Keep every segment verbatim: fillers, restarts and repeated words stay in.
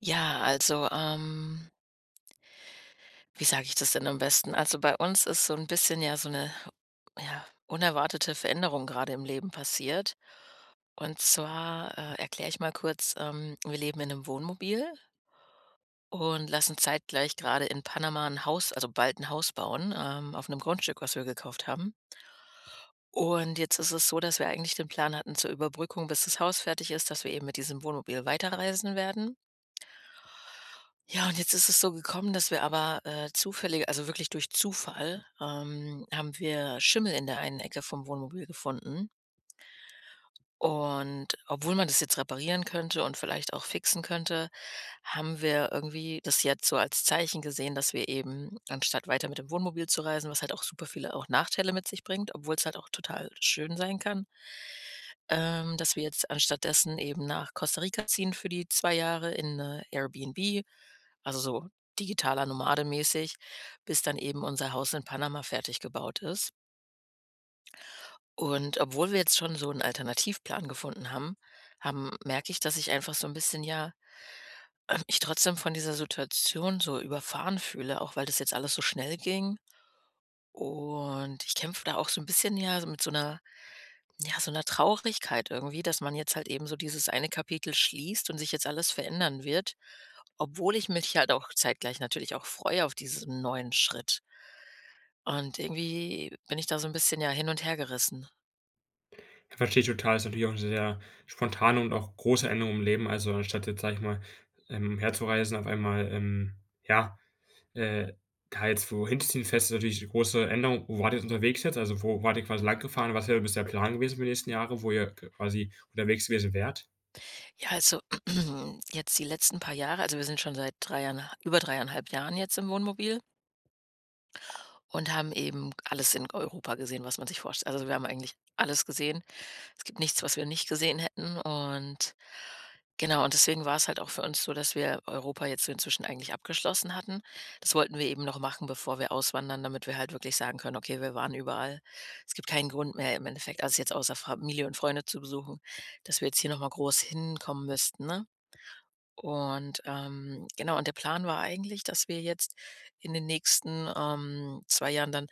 Ja, also, ähm, wie sage ich das denn am besten? Also, bei uns ist so ein bisschen, ja, so eine, ja, unerwartete Veränderung gerade im Leben passiert. Und zwar, äh, erkläre ich mal kurz. Ähm, wir leben in einem Wohnmobil und lassen zeitgleich gerade in Panama ein Haus, also bald ein Haus bauen, ähm, auf einem Grundstück, was wir gekauft haben. Und jetzt ist es so, dass wir eigentlich den Plan hatten zur Überbrückung, bis das Haus fertig ist, dass wir eben mit diesem Wohnmobil weiterreisen werden. Ja, und jetzt ist es so gekommen, dass wir aber, äh, zufällig, also wirklich durch Zufall, ähm, haben wir Schimmel in der einen Ecke vom Wohnmobil gefunden. Und obwohl man das jetzt reparieren könnte und vielleicht auch fixen könnte, haben wir irgendwie das jetzt so als Zeichen gesehen, dass wir eben, anstatt weiter mit dem Wohnmobil zu reisen, was halt auch super viele auch Nachteile mit sich bringt, obwohl es halt auch total schön sein kann, ähm, dass wir jetzt anstatt dessen eben nach Costa Rica ziehen für die zwei Jahre in 'ne Airbnb, also so digitaler Nomade mäßig, bis dann eben unser Haus in Panama fertig gebaut ist. Und obwohl wir jetzt schon so 'n Alternativplan gefunden haben, haben merke ich, dass ich einfach so 'n bisschen, ja, ähm, mich trotzdem von dieser Situation so überfahren fühle, auch weil das jetzt alles so schnell ging. Und ich kämpfe da auch so 'n bisschen, ja, so mit so 'ner Ja, so 'ner Traurigkeit irgendwie, dass man jetzt halt eben so dieses eine Kapitel schließt und sich jetzt alles verändern wird, obwohl ich mich halt auch zeitgleich natürlich auch freue auf diesen neuen Schritt. Und irgendwie bin ich da so ein bisschen, ja, hin und her gerissen. Verstehe ich total. Ist natürlich auch eine sehr spontane und auch große Änderung im Leben. Also, anstatt jetzt, sage ich mal, ähm, umherzureisen, auf einmal, ähm, ja, äh, da jetzt wohin zu ziehen, fest ist natürlich 'ne große Änderung. Wo wart ihr jetzt unterwegs jetzt? Also, wo wart ihr quasi lang gefahren? Was wäre bisher Plan gewesen für die nächsten Jahre, wo ihr k quasi unterwegs gewesen wärt? Ja, also, jetzt die letzten paar Jahre, also wir sind schon seit drei, über dreieinhalb Jahren jetzt im Wohnmobil und haben eben alles in Europa gesehen, was man sich vorstellt. Also, wir haben eigentlich alles gesehen. Es gibt nichts, was wir nicht gesehen hätten, und genau, und deswegen war es halt auch für uns so, dass wir Europa jetzt so inzwischen eigentlich abgeschlossen hatten. Das wollten wir eben noch machen, bevor wir auswandern, damit wir halt wirklich sagen können: „Okay, wir waren überall. Es gibt keinen Grund mehr im Endeffekt, also jetzt außer Familie und Freunde zu besuchen, dass wir jetzt hier noch mal groß hinkommen müssten“, ne? Und, ähm, genau, und der Plan war eigentlich, dass wir jetzt in den nächsten, ähm, zwei Jahren dann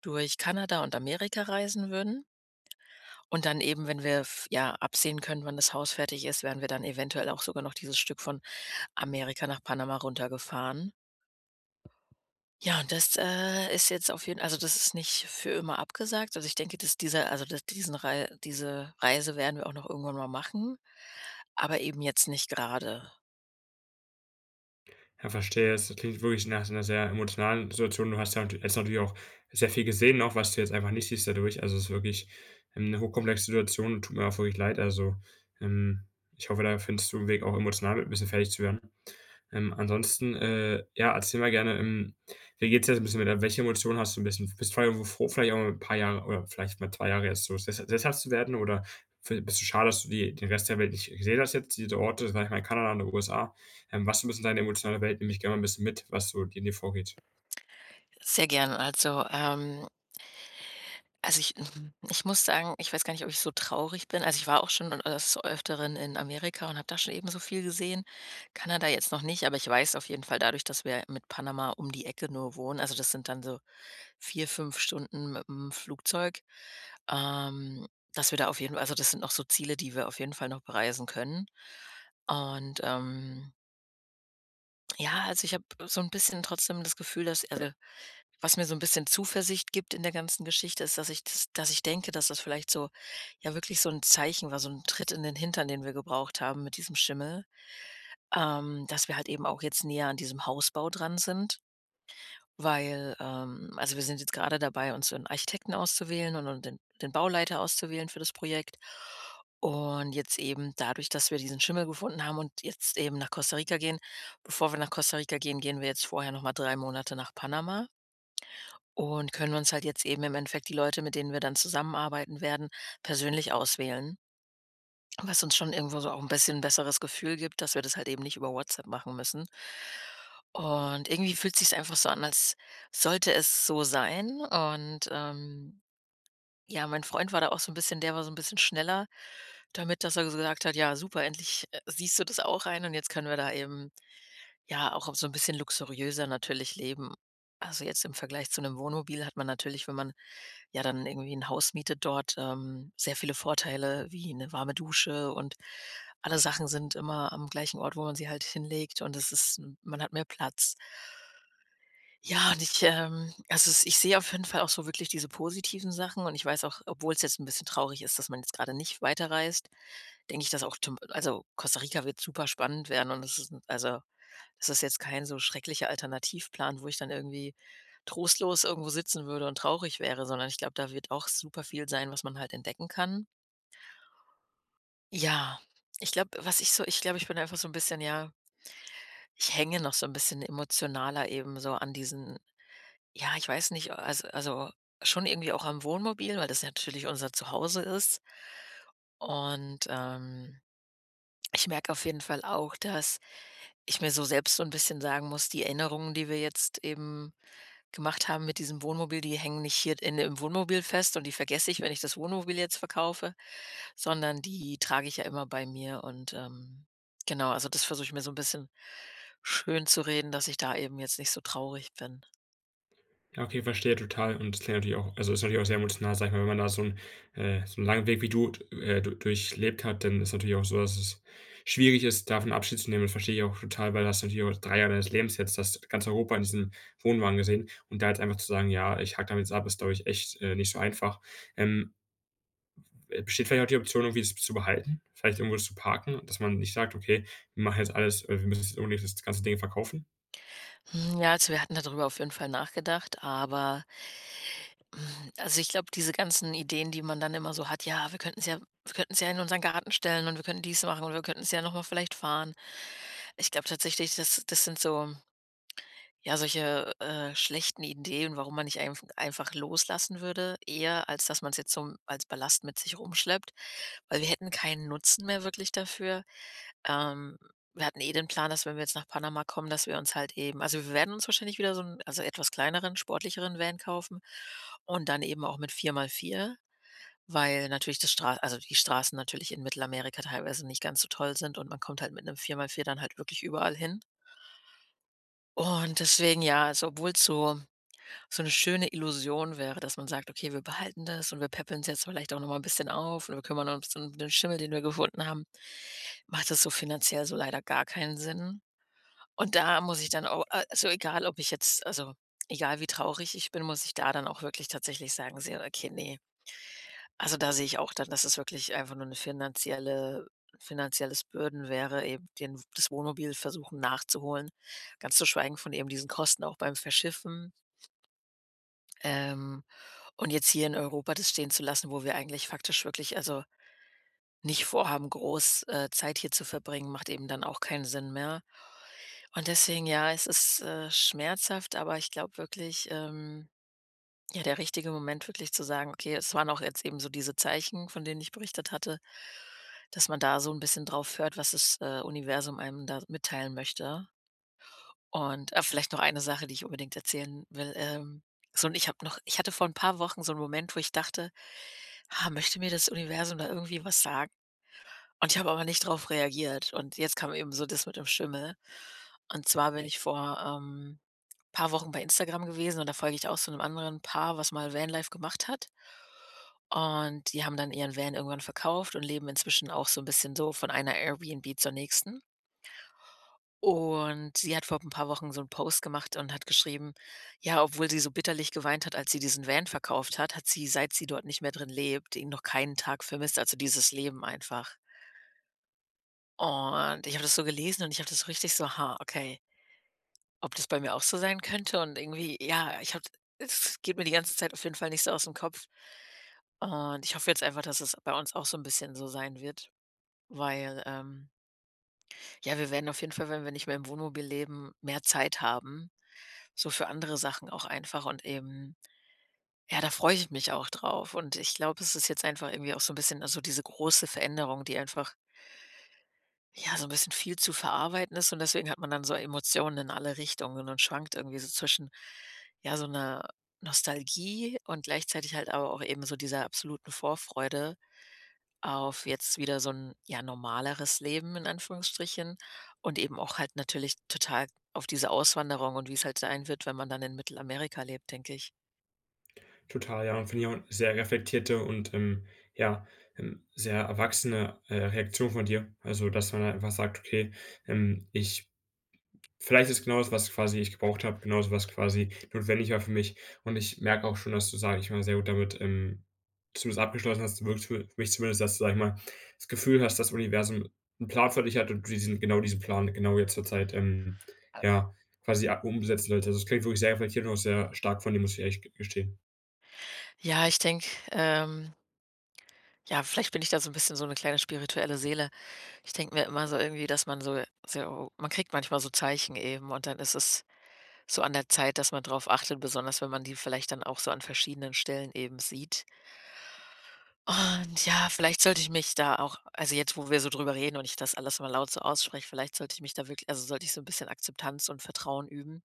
durch Kanada und Amerika reisen würden. Und dann eben, wenn wir f ja, absehen können, wann das Haus fertig ist, werden wir dann eventuell auch sogar noch dieses Stück von Amerika nach Panama runtergefahren. Ja, und das, äh, ist jetzt auf jeden, also das ist nicht für immer abgesagt. Also, ich denke, dass dieser, also dass diesen Rei diese Reise werden wir auch noch irgendwann mal machen, aber eben jetzt nicht gerade. Ja, verstehe. Es Das klingt wirklich nach einer sehr emotionalen Situation. Du hast ja natu- jetzt natürlich auch sehr viel gesehen, auch was du jetzt einfach nicht siehst dadurch. Also, es ist wirklich, ähm, 'ne hochkomplexe Situation und tut mir auch wirklich leid. Also, ähm, ich hoffe, da findest du 'n Weg, auch emotional mit ein bisschen fertig zu werden. Ähm, ansonsten, äh, ja, erzähl mal gerne, ähm, wie geht's dir jetzt 'n bisschen mit der welche Emotionen hast du ein bisschen? Bist du allem froh, vielleicht auch mal 'n paar Jahre oder vielleicht mal zwei Jahre jetzt so sess sesshaft zu werden oder fi bist du schade, dass du die den Rest der Welt nicht gesehen hast jetzt, diese Orte, sage ich mal, Kanada und den U S A? Ähm, was so ein bisschen deine emotionale Welt, nimm mich gerne mal 'n bisschen mit, was so in dir vorgeht. Sehr gern. Also, ähm also, ich mhm, ich muss sagen, ich weiß gar nicht, ob ich so traurig bin. Also, ich war auch schon, äh, des Öfteren in Amerika und habe da schon ebenso viel gesehen. Kanada jetzt noch nicht, aber ich weiß auf jeden Fall dadurch, dass wir mit Panama um die Ecke nur wohnen, also das sind dann so vier, fünf Stunden mit dem Flugzeug, ähm, dass wir da auf jeden Fall, also, das sind noch so Ziele, die wir auf jeden Fall noch bereisen können. Und, ähm, ja, also, ich habe so ein bisschen trotzdem das Gefühl, dass, also, was mir so ein bisschen Zuversicht gibt in der ganzen Geschichte, ist, dass ich das dass ich denke, dass das vielleicht so, ja, wirklich so ein Zeichen war, so ein Tritt in den Hintern, den wir gebraucht haben mit diesem Schimmel, ähm, dass wir halt eben auch jetzt näher an diesem Hausbau dran sind, weil, ähm also, wir sind jetzt gerade dabei, uns so einen Architekten auszuwählen und und den den Bauleiter auszuwählen für das Projekt. Und jetzt eben dadurch, dass wir diesen Schimmel gefunden haben und jetzt eben nach Costa Rica gehen bevor wir nach Costa Rica gehen, gehen wir jetzt vorher noch mal drei Monate nach Panama. Und können uns halt jetzt eben im Endeffekt die Leute, mit denen wir dann zusammenarbeiten werden, persönlich auswählen, was uns schon irgendwo so auch ein bisschen besseres Gefühl gibt, dass wir das halt eben nicht über WhatsApp machen müssen. Und irgendwie fühlt sich's einfach so an, als sollte es so sein. Und, ähm, ja, mein Freund war da auch so ein bisschen, der war so ein bisschen schneller damit, dass er so gesagt hat: „Ja, super, endlich, äh, siehst du das auch ein und jetzt können wir da eben, ja, auch so ein bisschen luxuriöser natürlich leben.“ Also, jetzt im Vergleich zu einem Wohnmobil hat man natürlich, wenn man ja dann irgendwie ein Haus mietet dort, ähm, sehr viele Vorteile wie eine warme Dusche und alle Sachen sind immer am gleichen Ort, wo man sie halt hinlegt, und es ist, hm, man hat mehr Platz. Ja, und ich, ähm also, es- ich sehe auf jeden Fall auch so wirklich diese positiven Sachen und ich weiß auch, obwohl es jetzt ein bisschen traurig ist, dass man jetzt gerade nicht weiterreist, denke ich, dass auch zum, also Costa Rica wird super spannend werden, und es ist, also, das ist jetzt kein so schrecklicher Alternativplan, wo ich dann irgendwie trostlos irgendwo sitzen würde und traurig wäre, sondern ich glaube, da wird auch super viel sein, was man halt entdecken kann. Ja, ich glaube, was ich so ich glaube, ich bin einfach so ein bisschen, ja, ich hänge noch so ein bisschen emotionaler eben so an diesen, ja, ich weiß nicht, also also schon irgendwie auch am Wohnmobil, weil das natürlich unser Zuhause ist. Und, ähm, ich merke auf jeden Fall auch, dass ich mir so selbst so ein bisschen sagen muss, die Erinnerungen, die wir jetzt eben gemacht haben mit diesem Wohnmobil, die hängen nicht hier in im Wohnmobil fest und die vergesse ich, wenn ich das Wohnmobil jetzt verkaufe, sondern die trage ich ja immer bei mir und, ähm, genau, also, das versuche ich mir so ein bisschen schön zu reden, dass ich da eben jetzt nicht so traurig bin. Ja, okay, verstehe total. Und das klingt natürlich auch also, ist natürlich auch sehr emotional, sag ich mal, wenn man da so einen äh, so einen langen Weg wie du äh, du durchlebt hat, dann ist natürlich auch so, dass es schwierig ist, davon Abschied zu nehmen. Das verstehe ich auch total, weil du hast natürlich auch drei Jahre deines Lebens jetzt das ganz Europa in diesem Wohnwagen gesehen und da jetzt einfach zu sagen: „Ja, ich hake damit jetzt ab“, ist, glaube ich, echt, äh, nicht so einfach. Ähm, äh, besteht vielleicht auch die Option, irgendwie das zu behalten, vielleicht irgendwo das zu parken, dass man nicht sagt: „Okay, wir machen jetzt alles, äh wir müssen jetzt unbedingt das ganze Ding verkaufen?“ Hm, ja, also, wir hatten darüber auf jeden Fall nachgedacht, aber, hm, also, ich glaube, diese ganzen Ideen, die man dann immer so hat: „Ja, wir könnten könnten's ja wir könnten könnten's ja in unseren Garten stellen und wir könnten dies machen und wir könnten könnten's ja noch mal vielleicht fahren.“ Ich glaube tatsächlich, das das sind so, ja, solche, äh, schlechten Ideen, warum man nicht einf einfach loslassen würde, eher als dass man es jetzt so als Ballast mit sich rumschleppt, weil wir hätten keinen Nutzen mehr wirklich dafür. Ähm, wir hatten eh den Plan, dass, wenn wir jetzt nach Panama kommen, dass wir uns halt eben, also wir werden uns wahrscheinlich wieder so 'n, also etwas kleineren, sportlicheren Van kaufen und dann eben auch mit vier mal vier, weil natürlich das Stra also die Straßen natürlich in Mittelamerika teilweise nicht ganz so toll sind und man kommt halt mit einem vier mal vier dann halt wirklich überall hin. Und deswegen, ja, also, obwohl's so, so eine schöne Illusion wäre, dass man sagt: „Okay, wir behalten das und wir peppeln es jetzt vielleicht auch noch mal 'n bisschen auf und wir kümmern uns um den Schimmel, den wir gefunden haben.“ Macht das so finanziell so leider gar keinen Sinn. Und da muss ich dann auch a also, egal, ob ich jetzt, also egal wie traurig ich bin, muss ich da dann auch wirklich tatsächlich sagen sehe: „Okay, nee. Also, da sehe ich auch dann, dass es wirklich einfach nur eine finanzielle finanzielles Bürden wäre, eben den das Wohnmobil versuchen nachzuholen. Ganz zu schweigen von eben diesen Kosten auch beim Verschiffen. Ähm, und jetzt hier in Europa das stehen zu lassen, wo wir eigentlich faktisch wirklich, also nicht vorhaben, groß, äh, Zeit hier zu verbringen, macht eben dann auch keinen Sinn mehr. Und deswegen, ja, es ist, äh, schmerzhaft, aber ich glaube wirklich, ähm, ja, der richtige Moment wirklich zu sagen: „Okay, es waren auch jetzt eben so diese Zeichen, von denen ich berichtet hatte“, dass man da so ein bisschen drauf hört, was das, äh, Universum einem da mitteilen möchte. Und, ah, vielleicht noch eine Sache, die ich unbedingt erzählen will, ähm, so, und ich habe noch ich hatte vor ein paar Wochen so einen Moment, wo ich dachte: Ah, möchte mir das Universum da irgendwie was sagen? Und ich habe aber nicht drauf reagiert. Und jetzt kam eben so das mit dem Schimmel. Und zwar bin ich vor, ähm, paar Wochen bei Instagram gewesen und da folge ich auch so einem anderen Paar, was mal Vanlife gemacht hat. Und die haben dann ihren Van irgendwann verkauft und leben inzwischen auch so ein bisschen so von einer Airbnb zur nächsten. Und sie hat vor ein paar Wochen so 'n Post gemacht und hat geschrieben: „Ja, obwohl sie so bitterlich geweint hat, als sie diesen Van verkauft hat, hat sie, seit sie dort nicht mehr drin lebt, ihn noch keinen Tag vermisst“, also dieses Leben einfach. Und ich habe das so gelesen und ich habe das so richtig so: „Ha, okay, ob das bei mir auch so sein könnte?“ Und irgendwie, ja, ich habe es geht mir die ganze Zeit auf jeden Fall nicht so aus'm Kopf. Und ich hoffe jetzt einfach, dass es bei uns auch so 'n bisschen so sein wird, weil, ähm ja, wir werden auf jeden Fall, wenn wir nicht mehr im Wohnmobil leben, mehr Zeit haben, so für andere Sachen auch einfach und eben, ja, da freue ich mich auch drauf und ich glaube, es ist jetzt einfach irgendwie auch so ein bisschen, also, diese große Veränderung, die einfach, ja, so ein bisschen viel zu verarbeiten ist und deswegen hat man dann so Emotionen in alle Richtungen und schwankt irgendwie so zwischen, ja, so einer Nostalgie und gleichzeitig halt aber auch eben so dieser absoluten Vorfreude. Auf jetzt wieder so ein, ja, normaleres Leben in Anführungsstrichen und eben auch halt natürlich total auf diese Auswanderung und wie es halt sein wird, wenn man dann in Mittelamerika lebt, denke ich. Total, ja, und finde ich auch 'ne sehr reflektierte und, ähm, ja, ähm, sehr erwachsene, äh, Reaktion von dir. Also, dass man einfach sagt: „Okay, ähm, ich vielleicht ist genau das, was quasi ich gebraucht habe, genau das, was quasi notwendig war für mich.“ Und ich merke auch schon, dass du, sage ich mal, sehr gut damit, ähm, zumindest abgeschlossen hast, wirkt für mich zumindest, dass du, sag ich mal, das Gefühl hast, das Universum einen Plan für dich hat und du diesen genau diesen Plan genau jetzt zur Zeit, ähm, ja, quasi a umsetzen solltest. Also, es klingt wirklich sehr reflektiert und auch sehr stark von dir, muss ich ehrlich gestehen. Ja, ich denke, ähm ja, vielleicht bin ich da so ein bisschen so eine kleine spirituelle Seele. Ich denke mir immer so irgendwie, dass man so, so man kriegt manchmal so Zeichen eben und dann ist es so an der Zeit, dass man drauf achtet, besonders wenn man die vielleicht dann auch so an verschiedenen Stellen eben sieht. Und ja, vielleicht sollte ich mich da auch, also, jetzt, wo wir so drüber reden und ich das alles mal laut so ausspreche, vielleicht sollte ich mich da wirklich, also sollte ich so ein bisschen Akzeptanz und Vertrauen üben.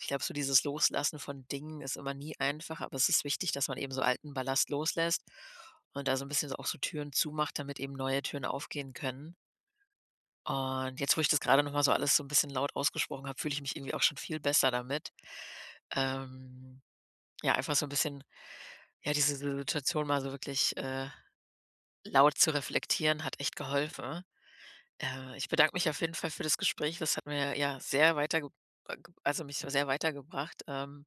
Ich glaube, so dieses Loslassen von Dingen ist immer nie einfach, aber es ist wichtig, dass man eben so alten Ballast loslässt und da so 'n bisschen so auch so Türen zumacht, damit eben neue Türen aufgehen können. Und jetzt, wo ich das gerade noch mal so alles so ein bisschen laut ausgesprochen habe, fühle ich mich irgendwie auch schon viel besser damit. Ähm, ja, einfach so ein bisschen, ja, diese Situation mal so wirklich, äh laut zu reflektieren hat echt geholfen. Äh, ich bedanke mich auf jeden Fall für das Gespräch. Das hat mir ja sehr weiter, äh, also mich sehr weitergebracht. Ähm,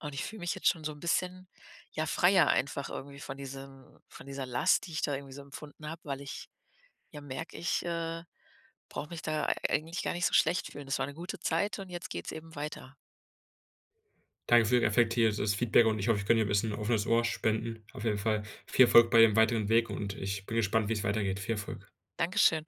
und ich fühle mich jetzt schon so ein bisschen, ja, freier einfach irgendwie von diesem von dieser Last, die ich da irgendwie so empfunden habe, weil ich ja merke, ich, äh, brauche mich da ei eigentlich gar nicht so schlecht fühlen. Das war eine gute Zeit und jetzt geht's eben weiter. Danke für Ihr reflektiertes Feedback und ich hoffe, ich kann dir ein bisschen offenes Ohr spenden. Auf jeden Fall viel Erfolg bei dem weiteren Weg und ich bin gespannt, wie es weitergeht. Viel Erfolg. Dankeschön.